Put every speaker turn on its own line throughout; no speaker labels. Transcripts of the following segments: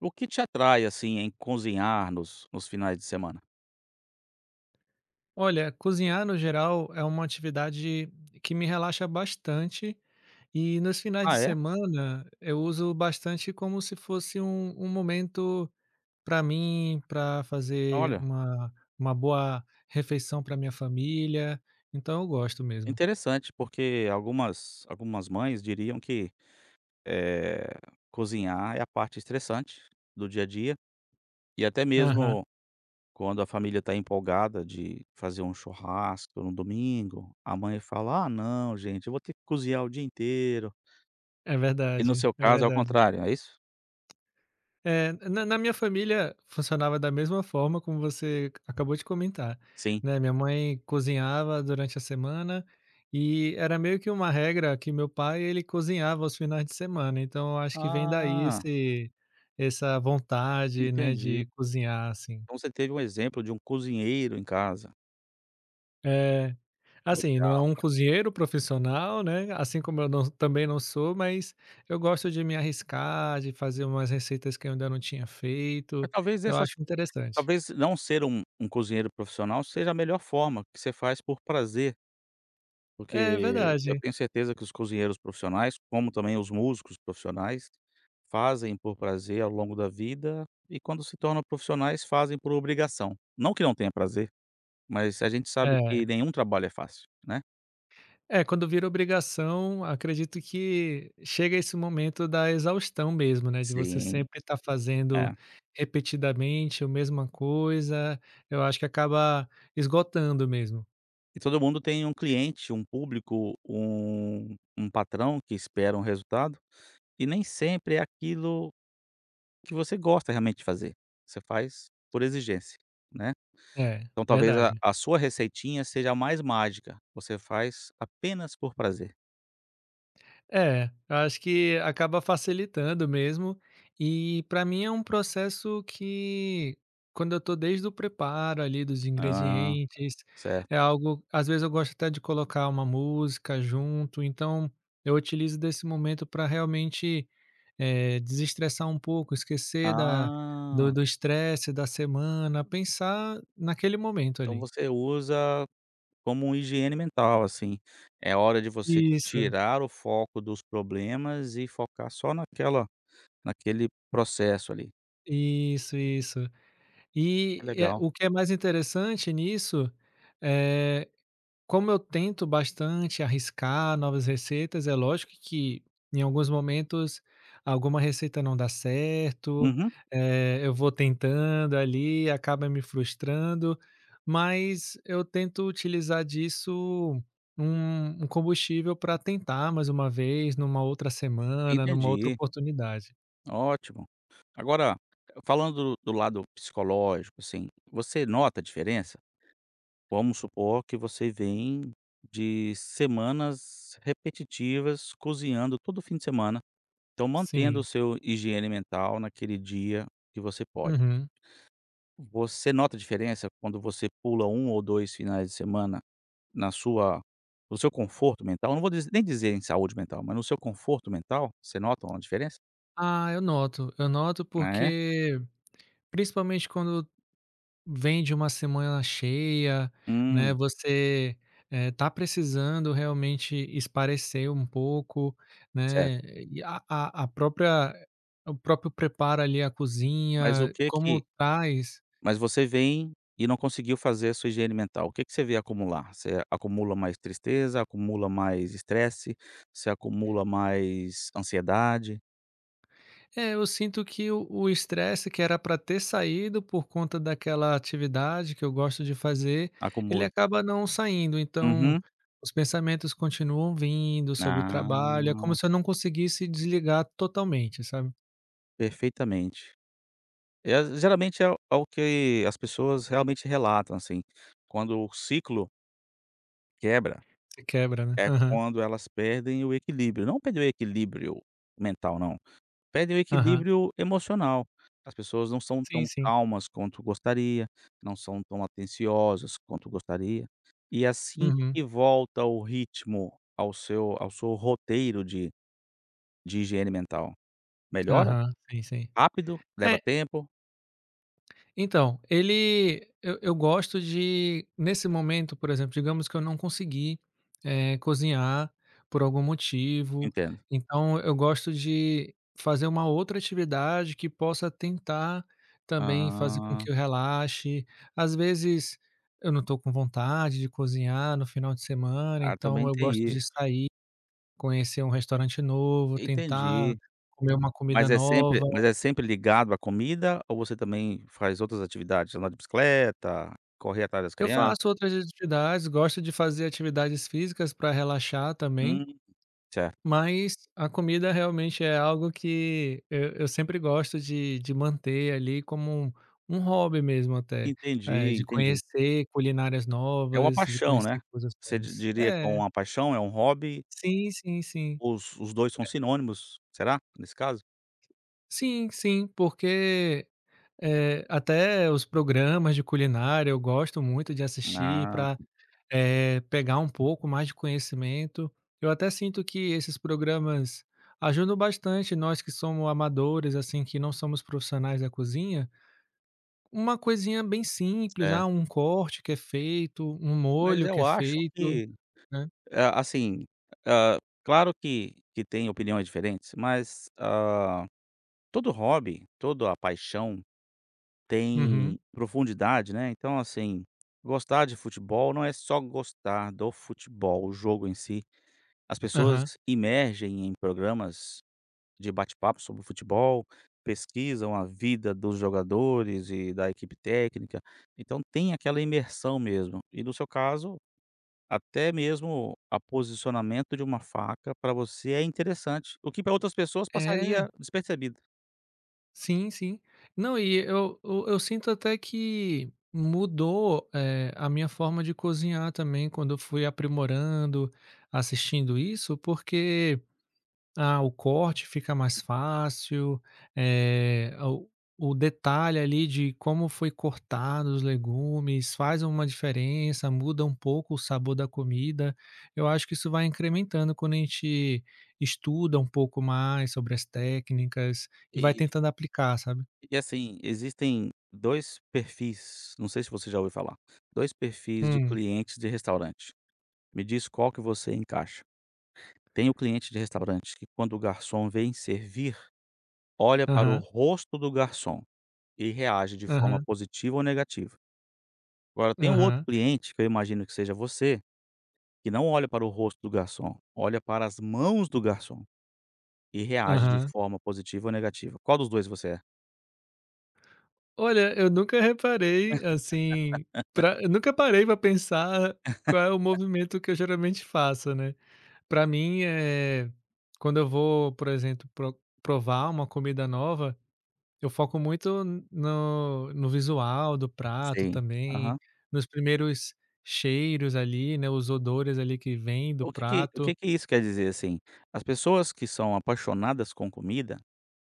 O que te atrai, assim, em cozinhar nos finais de semana?
Olha, cozinhar no geral é uma atividade que me relaxa bastante e nos finais de
Ah, é?
semana eu uso bastante como se fosse um momento para mim, para fazer
Olha,
uma boa refeição para minha família. Então eu gosto mesmo.
interessante, porque algumas mães diriam que, eh, cozinhar é a parte estressante do dia a dia, e até
Aham,
mesmo quando a família está empolgada de fazer um churrasco no domingo, a mãe fala: "Ah, não, gente, eu vou ter que cozinhar o dia inteiro".
é
E no
verdade,
seu
é
caso é o
verdade.
contrário, é isso?
É, na minha família funcionava da mesma forma como você acabou de comentar,
Sim.
né, minha mãe cozinhava durante a semana e era meio que uma regra que meu pai, ele cozinhava aos finais de semana, então eu acho que vem daí
Ah,
esse essa vontade, né,
entendi.
de cozinhar, assim.
Então você teve um exemplo de um cozinheiro em casa.
É, assim, não é um cozinheiro profissional, né, assim como eu não também não sou, mas eu gosto de me arriscar, de fazer umas receitas que eu ainda não tinha feito,
Mas talvez
eu
essas
acho interessante.
talvez não ser um cozinheiro profissional seja a melhor forma, que você faz por prazer,
É
porque eu
verdade.
tenho certeza que os cozinheiros profissionais, como também os músicos profissionais, fazem por prazer ao longo da vida e quando se tornam profissionais fazem por obrigação. Não que não tenha prazer, mas a gente sabe que
É.
nenhum trabalho é fácil, né.
É, quando vira obrigação, acredito que chega esse momento da exaustão mesmo, né, de você
Sim,
sempre estar fazendo
é.
repetidamente a mesma coisa, eu acho que acaba esgotando mesmo.
E todo mundo tem um cliente, um público, um patrão que espera um resultado, e nem sempre é aquilo que você gosta realmente de fazer, você faz por exigência, né.
É,
Então talvez a
verdade.
a sua receitinha seja a mais mágica, você faz apenas por prazer.
É, eu acho que acaba facilitando mesmo. E para mim é um processo que, quando eu tô desde o preparo ali dos
Ah,
ingredientes, é
certo.
algo. Às vezes eu gosto até de colocar uma música junto, então eu utilizo desse momento para realmente desestressar um pouco, esquecer da, do
Ah,
do estresse da semana, pensar naquele momento
então
ali.
você usa como um higiene mental, assim, é hora de você
Isso,
tirar o foco dos problemas e focar só naquela naquele processo ali.
isso, isso. E,
Que
eh,
legal.
o que é mais interessante nisso, eh, como eu tento bastante arriscar novas receitas, é lógico que em alguns momentos alguma receita não dá certo,
Uhum,
eu vou tentando ali, acaba me frustrando, mas eu tento utilizar disso um combustível para tentar mais uma vez numa outra semana, numa outra
entendi.
oportunidade.
Ótimo. Agora, falando do lado psicológico, assim, você nota a diferença? Vamos supor que você vem de semanas repetitivas cozinhando todo fim de semana, então mantendo o
Sim.
seu higiene mental naquele dia que você pode.
Uhum.
Você nota a diferença quando você pula um ou 2 finais de semana na sua no seu conforto mental? Não vou dizer nem dizer em saúde mental, mas no seu conforto mental, você nota uma diferença?
Ah, eu noto, eu noto,
Ah, é?
porque principalmente quando vem de uma semana cheia, né,
Hum,
você, está precisando realmente esparecer um pouco, né,
certo.
e a própria o próprio preparo ali, a
Mas o
cozinha,
que
como
que
traz
Mas você vem e não conseguiu fazer a sua higiene mental. O que que você vê acumular? Você acumula mais tristeza, acumula mais estresse, você acumula mais ansiedade,
é, eu sinto que o estresse que era para ter saído por conta daquela atividade que eu gosto de fazer, ele
acumula
acaba não saindo, então
Uhum.
os pensamentos continuam vindo sobre o trabalho, é como
Ah,
se eu não conseguisse desligar totalmente, sabe.
perfeitamente. É, geralmente é o que as pessoas realmente relatam, assim, quando o ciclo quebra,
Se quebra, né.
é
Aham,
quando elas perdem o equilíbrio, não perder o equilíbrio mental não. Perdem o
aham.
equilíbrio emocional. As pessoas não são
Sim,
tão
sim.
calmas quanto gostaria, não são tão atenciosas quanto gostaria. E é assim
Uhum.
que volta o ritmo ao seu roteiro de higiene mental, melhora?
Aham, sim, sim.
Rápido? Leva
É.
tempo?
Então, ele eu gosto de, nesse momento, por exemplo, digamos que eu não consegui, cozinhar por algum motivo,
Entendo.
então eu gosto de fazer uma outra atividade que possa tentar também fazer com
Ah,
que eu relaxe. Às vezes, eu não estou com vontade de cozinhar no final de semana,
ah,
então
também
eu
tem
gosto de
isso.
sair, conhecer um restaurante novo, tentar
Entendi.
comer uma comida
Mas é sempre
nova.
mas é sempre ligado à comida ou você também faz outras atividades? Andar de bicicleta, correr atrás das
Eu
crianças?
faço outras atividades, gosto de fazer atividades físicas para relaxar também,
Hum, certo.
mas a comida realmente é algo que eu sempre gosto de manter ali como um hobby mesmo até,
Entendi,
de
entendi.
conhecer culinárias
É uma
novas, de
paixão,
conhecer
né.
coisas
Você di
novas.
diria que é
É,
uma paixão, é um hobby,
sim, sim, sim.
os 2 são sinônimos, será, nesse caso?
Sim, sim, porque até os programas de culinária eu gosto muito de assistir
Ah,
para pegar um pouco mais de conhecimento. Eu até sinto que esses programas ajudam bastante nós que somos amadores, assim, que não somos profissionais da cozinha. Uma coisinha bem simples, ah,
certo.
um corte que é feito, um
Mas
molho que
eu
é
acho
feito,
que,
né.
ah, assim, ah, claro que tem opiniões diferentes, mas, ah, todo hobby, toda a paixão
Uhum.
tem profundidade, né, então, assim, gostar de futebol não é só gostar do futebol, o jogo em si. As pessoas
Aham.
imergem em programas de bate-papo sobre futebol, pesquisam a vida dos jogadores e da equipe técnica, então tem aquela imersão mesmo. E no seu caso, até mesmo a posicionamento de uma faca para você é interessante, o que para outras pessoas
É,
passaria despercebido.
sim, sim. Não, e eu sinto até que mudou, a minha forma de cozinhar também quando eu fui aprimorando, assistindo isso, porque, ah, o corte fica mais fácil, eh, o o detalhe ali de como foi cortado os legumes faz uma diferença, muda um pouco o sabor da comida. Eu acho que isso vai incrementando quando a gente estuda um pouco mais sobre as técnicas e vai
E
tentando aplicar, sabe.
e assim, existem 2 perfis, não sei se você já ouviu falar, dois perfis de
Hum.
clientes de restaurante. Me diz qual que você encaixa. Tem o cliente de restaurante que quando o garçom vem servir olha para o
Aham,
rosto do garçom e reage de forma
aham,
positiva ou negativa. Agora tem um outro
aham,
cliente, que eu imagino que seja você, que não olha para o rosto do garçom, olha para as mãos do garçom e reage de
aham.
forma positiva ou negativa. Qual dos 2 você é?
Olha, eu nunca reparei, assim, pra eu nunca parei para pensar qual é o movimento que eu geralmente faço, né. Para mim, é quando eu vou, por exemplo, provar uma comida nova, eu foco muito no visual do prato
Sim.
também,
Aham.
nos primeiros cheiros ali, né, os odores ali que vêm do
O que que o
prato.
que que isso quer dizer, assim? As pessoas que são apaixonadas com comida,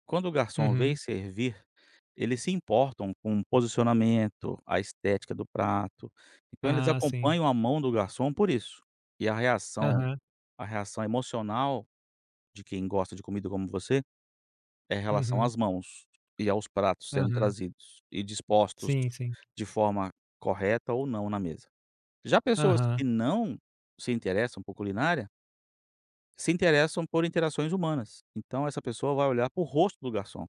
quando o garçom vem
Uhum.
servir, eles se importam com o posicionamento, a estética do prato, então eles
Ah, sim.
acompanham a mão do garçom por isso. E a reação
Aham.
a reação emocional de quem gosta de comida como você, é em relação
Uhum.
às mãos e aos pratos sendo
Aham.
trazidos e dispostos
Sim, sim.
de forma correta ou não na mesa. Já pessoas
Aham.
que não se interessam por culinária, se interessam por interações humanas, então essa pessoa vai olhar para o rosto do garçom.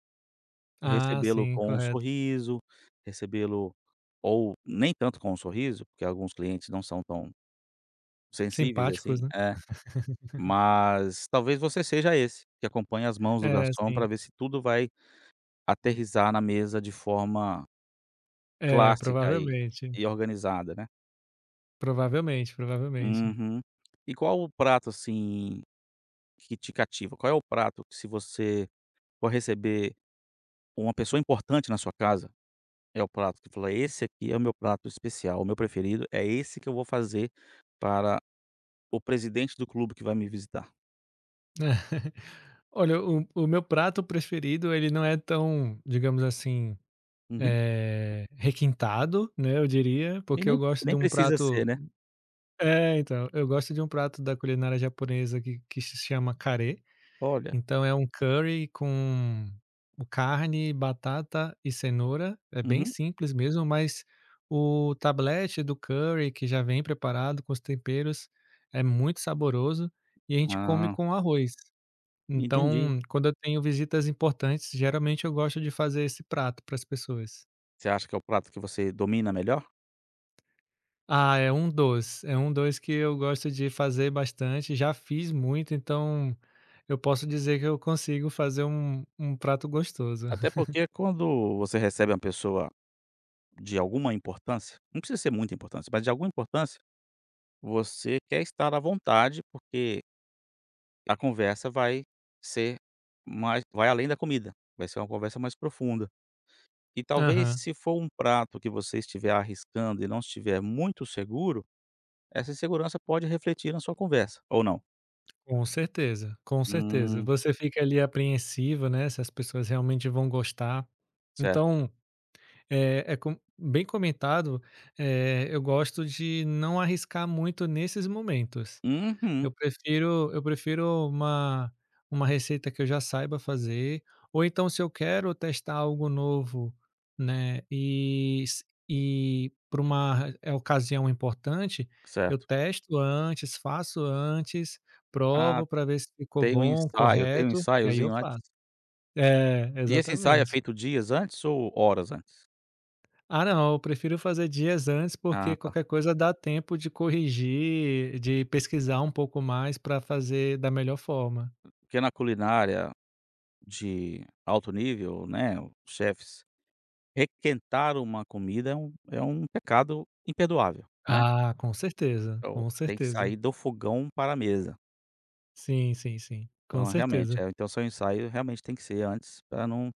Ah,
Recebê-lo
sim,
com um
correto.
sorriso, recebê-lo ou nem tanto com um sorriso, porque alguns clientes não são tão sensíveis
Simpáticos,
assim,
né.
é, mas talvez você seja esse, que acompanha as mãos do
É,
garçom
sim.
para ver se tudo vai aterrissar na mesa de forma
É,
clássica e
provavelmente.
e organizada, né.
Provavelmente, provavelmente.
Uhum. E qual o prato, assim, que te cativa? Qual é o prato que se você for receber uma pessoa importante na sua casa é o prato que fala: "Esse aqui é o meu prato especial, o meu preferido, é esse que eu vou fazer para o presidente do clube que vai me visitar".
Olha, o meu prato preferido, ele não é tão, digamos assim,
Uhum.
requintado, né, eu diria,
E
porque
nem
eu gosto de
nem
um
precisa
prato,
ser, né.
eu gosto de um prato da culinária japonesa que se chama "kare",
Olha.
então é um curry com carne, batata e cenoura, é bem
Uhum.
simples mesmo, mas o tablete do curry que já vem preparado com os temperos, é muito saboroso e a gente come
Ah,
com arroz.
entendi.
Então, quando eu tenho visitas importantes, geralmente eu gosto de fazer esse prato para as pessoas.
Você acha que é o prato que você domina melhor?
Ah, é um doce, que eu gosto de fazer bastante, já fiz muito, então eu posso dizer que eu consigo fazer um prato gostoso.
Até porque quando você recebe uma pessoa de alguma importância, não precisa ser muita importância, mas de alguma importância, você quer estar à vontade, porque a conversa vai ser mais vai além da comida, vai ser uma conversa mais profunda. E talvez
Aham,
se for um prato que você estiver arriscando e não estiver muito seguro, essa insegurança pode refletir na sua conversa, ou não?
com certeza, com certeza.
Hum,
Você fica ali apreensivo, né, se as pessoas realmente vão gostar.
certo.
Então, bem comentado, eu gosto de não arriscar muito nesses momentos. Eu
Uhum,
prefiro eu prefiro uma receita que eu já saiba fazer, ou então se eu quero testar algo novo, né, e para uma ocasião importante, eu
certo.
testo antes, faço antes,
Ah,
provo para ver se ficou
tem um
bom,
ensaio, tem um
correto, e aí eu
ensaiozinho antes.
faço. É,
E esse ensaio é
exatamente.
feito dias antes ou horas antes?
Ah, não, eu prefiro fazer dias antes, porque
Ah, tá.
qualquer coisa dá tempo de corrigir, de pesquisar um pouco mais para fazer da melhor forma.
Porque na culinária de alto nível, né, os chefes, requentar uma comida é um pecado imperdoável, né.
Ah, com certeza,
Então
com
tem que
certeza.
sair do fogão para a mesa.
Sim, sim, sim, com
Então, realmente,
certeza.
então seu ensaio realmente tem que ser antes para não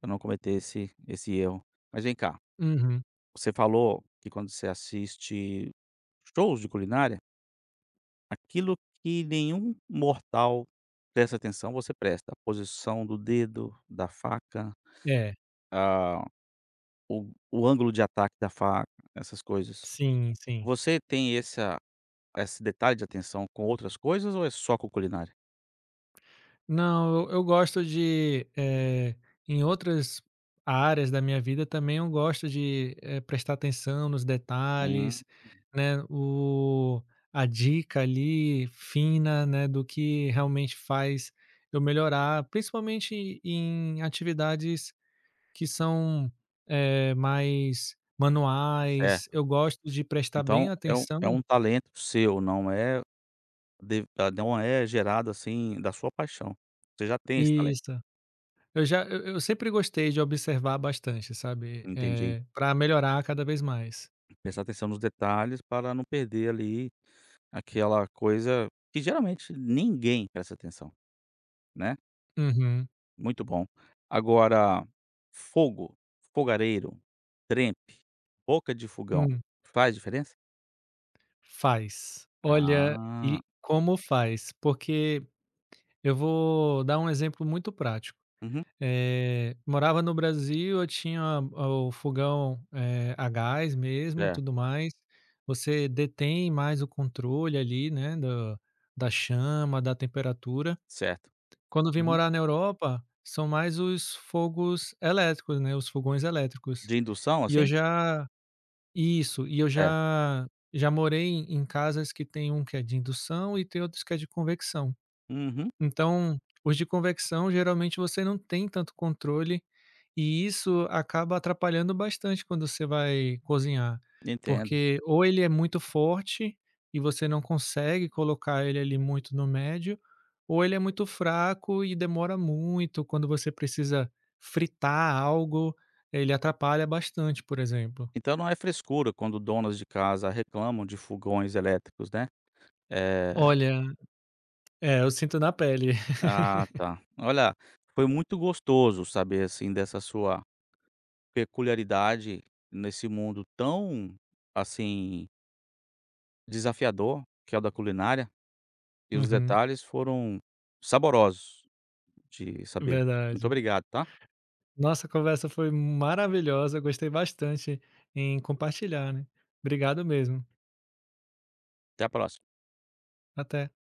pra não cometer esse erro. Mas vem cá,
Uhum.
você falou que quando você assiste shows de culinária, aquilo que nenhum mortal presta atenção, você presta. A posição do dedo, da faca,
É,
ah, o ângulo de ataque da faca, essas coisas.
sim, sim.
Você tem essa esse detalhe de atenção com outras coisas ou é só com culinária?
Não, eu gosto de, em outras áreas da minha vida também eu gosto de, prestar atenção nos
Hum,
detalhes, né, o a dica ali fina, né, do que realmente faz eu melhorar, principalmente em atividades que são, mais manuais,
certo.
eu gosto de prestar bem
Então é um é
atenção.
um talento seu, não é de ela não é gerado, assim, da sua paixão. Você já tem esse talento.
Isso. Eu já eu sempre gostei de observar bastante, sabe,
Entendi.
pra melhorar cada vez mais.
Prestar atenção nos detalhes para não perder, ali, aquela coisa que geralmente ninguém presta atenção, né.
Uhum.
Muito bom. Agora, fogo, fogareiro, trempe, boca de fogão,
Hum.
faz diferença?
Faz. Olha,
Ah,
e como faz, porque eu vou dar um exemplo muito prático.
uhum,
Morava no Brasil, eu tinha, o fogão, a gás mesmo, tudo
certo,
mais. Você detém mais o controle ali, né, da chama, da temperatura.
certo.
Quando vim
Uhum.
morar na Europa, são mais os fogos elétricos, né, os fogões elétricos.
De indução,
E eu
assim?
já Isso, e eu
É.
já morei em casas que tem um que é de indução e tem outros que é de convecção.
Uhum,
Então, os de convecção, geralmente, você não tem tanto controle e isso acaba atrapalhando bastante quando você vai cozinhar,
entendo.
porque ou ele é muito forte e você não consegue colocar ele ali muito no médio, ou ele é muito fraco e demora muito quando você precisa fritar algo, ele atrapalha bastante, por exemplo.
Então não é frescura quando donas de casa reclamam de fogões elétricos, né? Eh,
Olha, eu sinto na pele.
ah, tá. Olha, foi muito gostoso saber, assim, dessa sua peculiaridade nesse mundo tão, assim, desafiador, que é o da culinária, e os
Uhum,
detalhes foram saborosos de saber. Muito
verdade.
obrigado, tá?
Nossa, a conversa foi maravilhosa, gostei bastante em compartilhar, né. Obrigado mesmo.
Até a próxima.
Até.